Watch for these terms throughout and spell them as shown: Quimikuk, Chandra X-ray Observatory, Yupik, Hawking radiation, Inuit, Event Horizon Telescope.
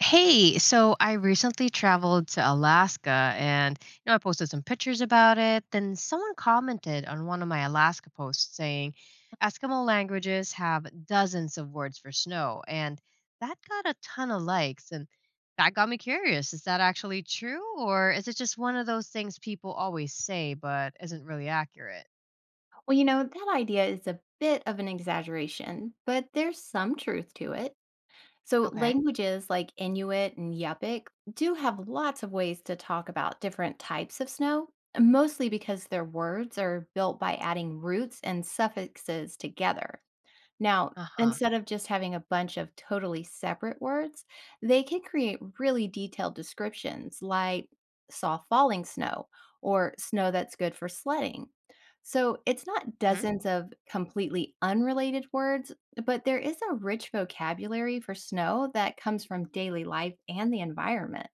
Hey, so I recently traveled to Alaska and I posted some pictures about it. Then someone commented on one of my Alaska posts saying Eskimo languages have dozens of words for snow, and that got a ton of likes, and that got me curious. Is that actually true, or is it just one of those things people always say but isn't really accurate? Well, you know, that idea is a bit of an exaggeration, but there's some truth to it. So, Okay. languages like Inuit and Yupik do have lots of ways to talk about different types of snow, mostly because their words are built by adding roots and suffixes together. Now, Uh-huh. instead of just having a bunch of totally separate words, they can create really detailed descriptions like saw falling snow or snow that's good for sledding. So it's not dozens of completely unrelated words, but there is a rich vocabulary for snow that comes from daily life and the environment.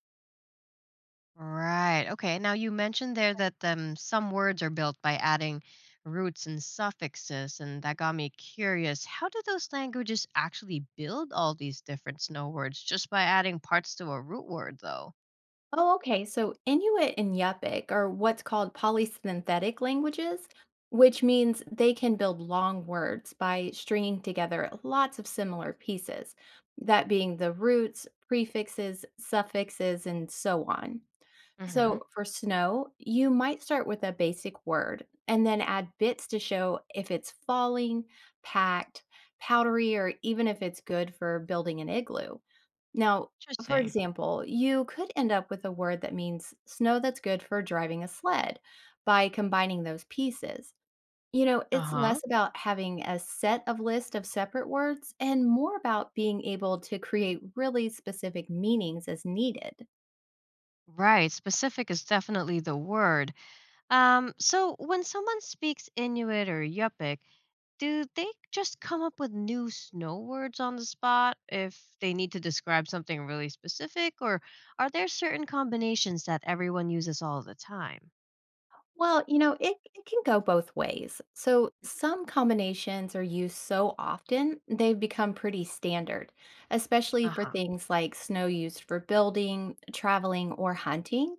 Right. Okay. Now you mentioned there that some words are built by adding roots and suffixes, and that got me curious. How do those languages actually build all these different snow words just by adding parts to a root word, though? Oh, okay. So Inuit and Yupik are what's called polysynthetic languages, which means they can build long words by stringing together lots of similar pieces, that being the roots, prefixes, suffixes, and so on. Hmm. So for snow, you might start with a basic word and then add bits to show if it's falling, packed, powdery, or even if it's good for building an igloo. Now, for Interesting. example, you could end up with a word that means snow that's good for driving a sled by combining those pieces. You know, Uh it's huh. less about having a set of list of separate words and more about being able to create really specific meanings as needed. Right. Specific is definitely the word. So when someone speaks Inuit or Yupik, do they just come up with new snow words on the spot if they need to describe something really specific, or are there certain combinations that everyone uses all the time? Well, you know, it can go both ways. So, some combinations are used so often, they've become pretty standard, especially Uh for huh. things like snow used for building, traveling, or hunting.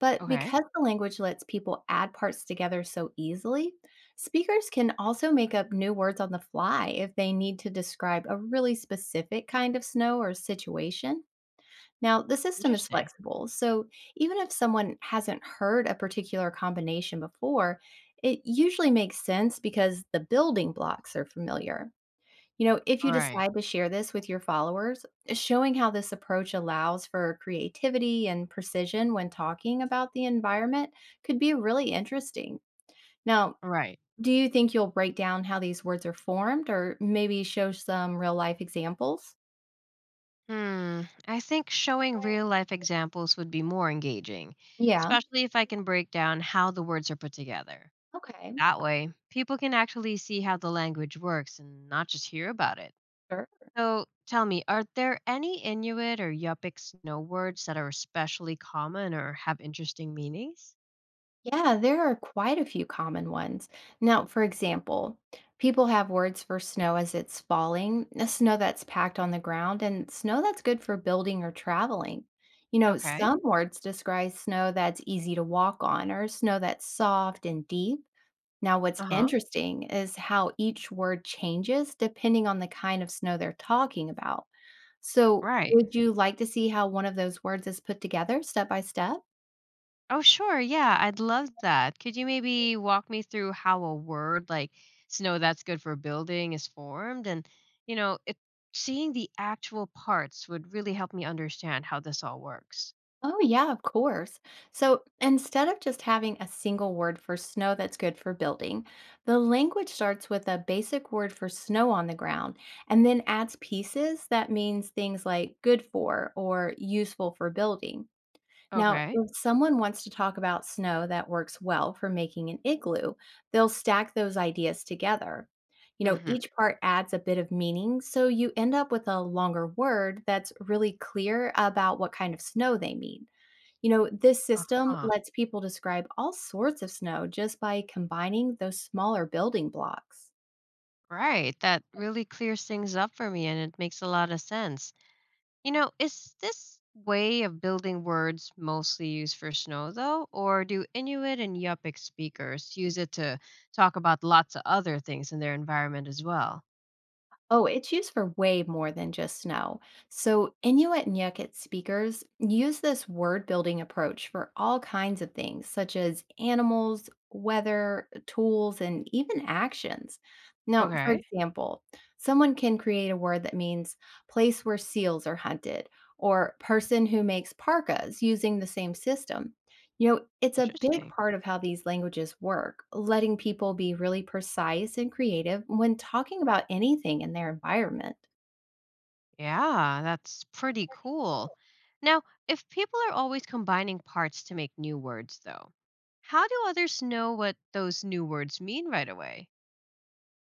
But Okay. because the language lets people add parts together so easily, speakers can also make up new words on the fly if they need to describe a really specific kind of snow or situation. Now, the system is Interesting. flexible, so even if someone hasn't heard a particular combination before, it usually makes sense because the building blocks are familiar. You know, if All you right. decide to share this with your followers, showing how this approach allows for creativity and precision when talking about the environment could be really interesting. Now, All right. do you think you'll break down how these words are formed or maybe show some real life examples? Hmm. I think showing real life examples would be more engaging, Yeah. especially if I can break down how the words are put together. Okay. That way, people can actually see how the language works and not just hear about it. Sure. So tell me, are there any Inuit or Yup'ik snow words that are especially common or have interesting meanings? Yeah, there are quite a few common ones. Now, for example, people have words for snow as it's falling, the snow that's packed on the ground, and snow that's good for building or traveling. You know, Okay. some words describe snow that's easy to walk on or snow that's soft and deep. Now, what's Uh huh. interesting is how each word changes depending on the kind of snow they're talking about. So, Right. would you like to see how one of those words is put together step by step? Oh, sure. Yeah, I'd love that. Could you maybe walk me through how a word like snow that's good for building is formed? And, you know, it, seeing the actual parts would really help me understand how this all works. Oh, yeah, of course. So instead of just having a single word for snow that's good for building, the language starts with a basic word for snow on the ground and then adds pieces that means things like good for or useful for building. Now, Okay. if someone wants to talk about snow that works well for making an igloo, they'll stack those ideas together. You Mm know, hmm. each part adds a bit of meaning, so you end up with a longer word that's really clear about what kind of snow they mean. You know, this Uh system huh. lets people describe all sorts of snow just by combining those smaller building blocks. Right. That really clears things up for me, and it makes a lot of sense. You know, is this way of building words mostly used for snow, though? Or do Inuit and Yupik speakers use it to talk about lots of other things in their environment as well? Oh, it's used for way more than just snow. So, Inuit and Yukit speakers use this word building approach for all kinds of things, such as animals, weather, tools, and even actions. Now, for Okay, example, someone can create a word that means place where seals are hunted or person who makes parkas using the same system. You know, it's a big interesting. part of how these languages work, letting people be really precise and creative when talking about anything in their environment. Yeah, that's pretty cool. Now, if people are always combining parts to make new words, though, how do others know what those new words mean right away?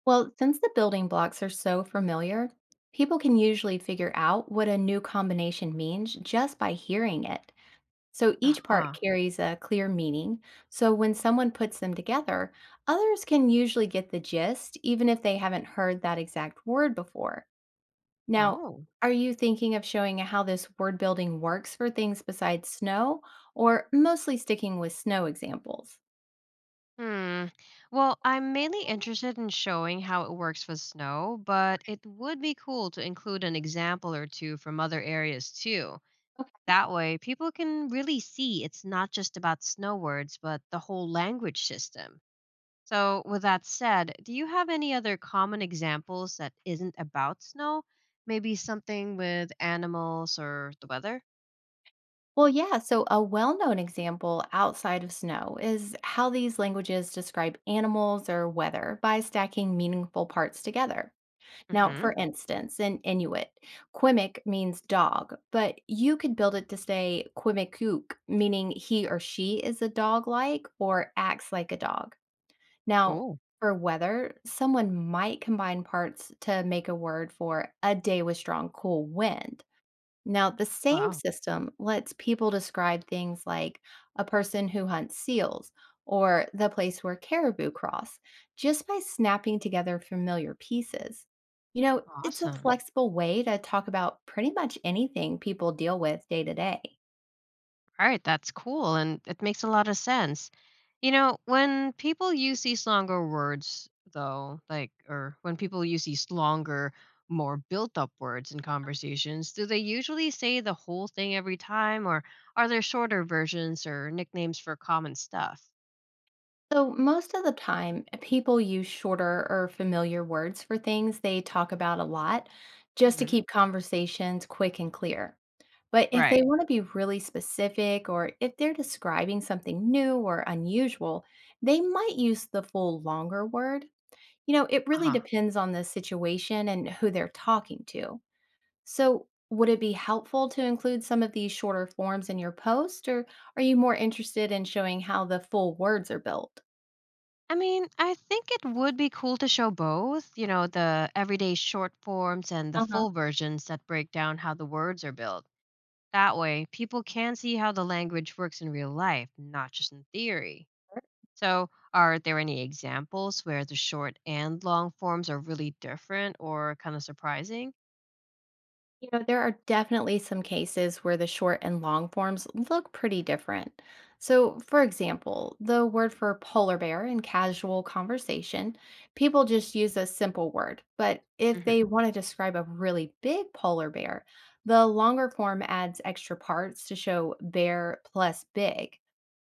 Well, since the building blocks are so familiar, people can usually figure out what a new combination means just by hearing it. So Uh each huh. part carries a clear meaning. So when someone puts them together, others can usually get the gist, even if they haven't heard that exact word before. Now, Oh. are you thinking of showing how this word building works for things besides snow, or mostly sticking with snow examples? Hmm. Well, I'm mainly interested in showing how it works with snow, but it would be cool to include an example or two from other areas too. Okay. That way, people can really see it's not just about snow words, but the whole language system. So, with that said, do you have any other common examples that isn't about snow? Maybe something with animals or the weather? Well, yeah, so a well known example outside of snow is how these languages describe animals or weather by stacking meaningful parts together. Mm Now, hmm. for instance, in Inuit, Quimik means dog, but you could build it to say Quimikuk, meaning he or she is a dog like or acts like a dog. Now, Cool. for weather, someone might combine parts to make a word for a day with strong, cool wind. Now, the same Wow. system lets people describe things like a person who hunts seals or the place where caribou cross just by snapping together familiar pieces. You know, it's a Awesome. flexible way to talk about pretty much anything people deal with day to day. All right, that's cool and it makes a lot of sense. You know, when people use these longer words, though, like, or when people use these longer, more built up words in conversations, do they usually say the whole thing every time, or are there shorter versions or nicknames for common stuff? So, most of the time, people use shorter or familiar words for things they talk about a lot just to Hmm. keep conversations quick and clear. But if they Right. want to be really specific or if they're describing something new or unusual, they might use the full longer word. You know, it Uh really huh. depends on the situation and who they're talking to. So, would it be helpful to include some of these shorter forms in your post, or are you more interested in showing how the full words are built? I mean, I think it would be cool to show both, you know, the everyday short forms and the Uh huh. full versions that break down how the words are built. That way, people can see how the language works in real life, not just in theory. So, are there any examples where the short and long forms are really different or kind of surprising? You know, there are definitely some cases where the short and long forms look pretty different. So, for example, the word for polar bear in casual conversation, people just use a simple word. But if Hmm. they want to describe a really big polar bear, the longer form adds extra parts to show bear plus big.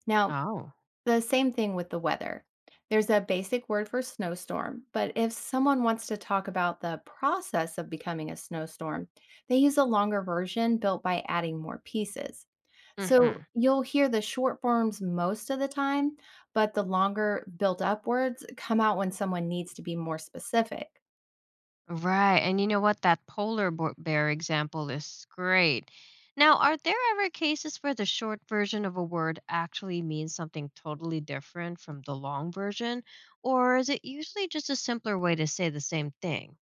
Now, Oh. the same thing with the weather. There's a basic word for snowstorm, but if someone wants to talk about the process of becoming a snowstorm, they use a longer version built by adding more pieces. So Mhm. you'll hear the short forms most of the time, but the longer built up words come out when someone needs to be more specific. Right. And you know what, that bear example is great. Now, are there ever cases where the short version of a word actually means something totally different from the long version, or is it usually just a simpler way to say the same thing?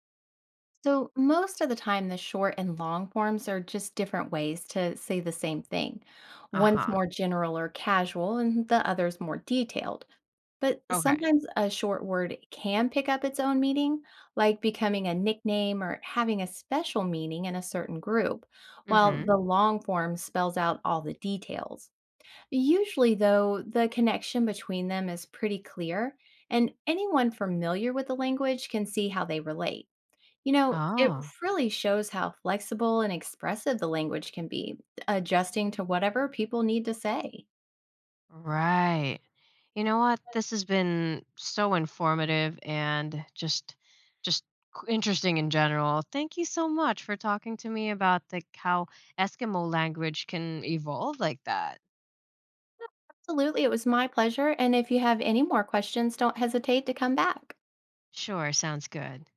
So most of the time, the short and long forms are just different ways to say the same thing. One's Uh-huh. more general or casual, and the other's more detailed. But Okay. sometimes a short word can pick up its own meaning, like becoming a nickname or having a special meaning in a certain group, while Mm-hmm. the long form spells out all the details. Usually, though, the connection between them is pretty clear, and anyone familiar with the language can see how they relate. You know, it Oh, really shows how flexible and expressive the language can be, adjusting to whatever people need to say. right. You know what? This has been so informative and just interesting in general. Thank you so much for talking to me about like how Eskimo language can evolve like that. Absolutely, it was my pleasure, and if you have any more questions, don't hesitate to come back. Sure, sounds good.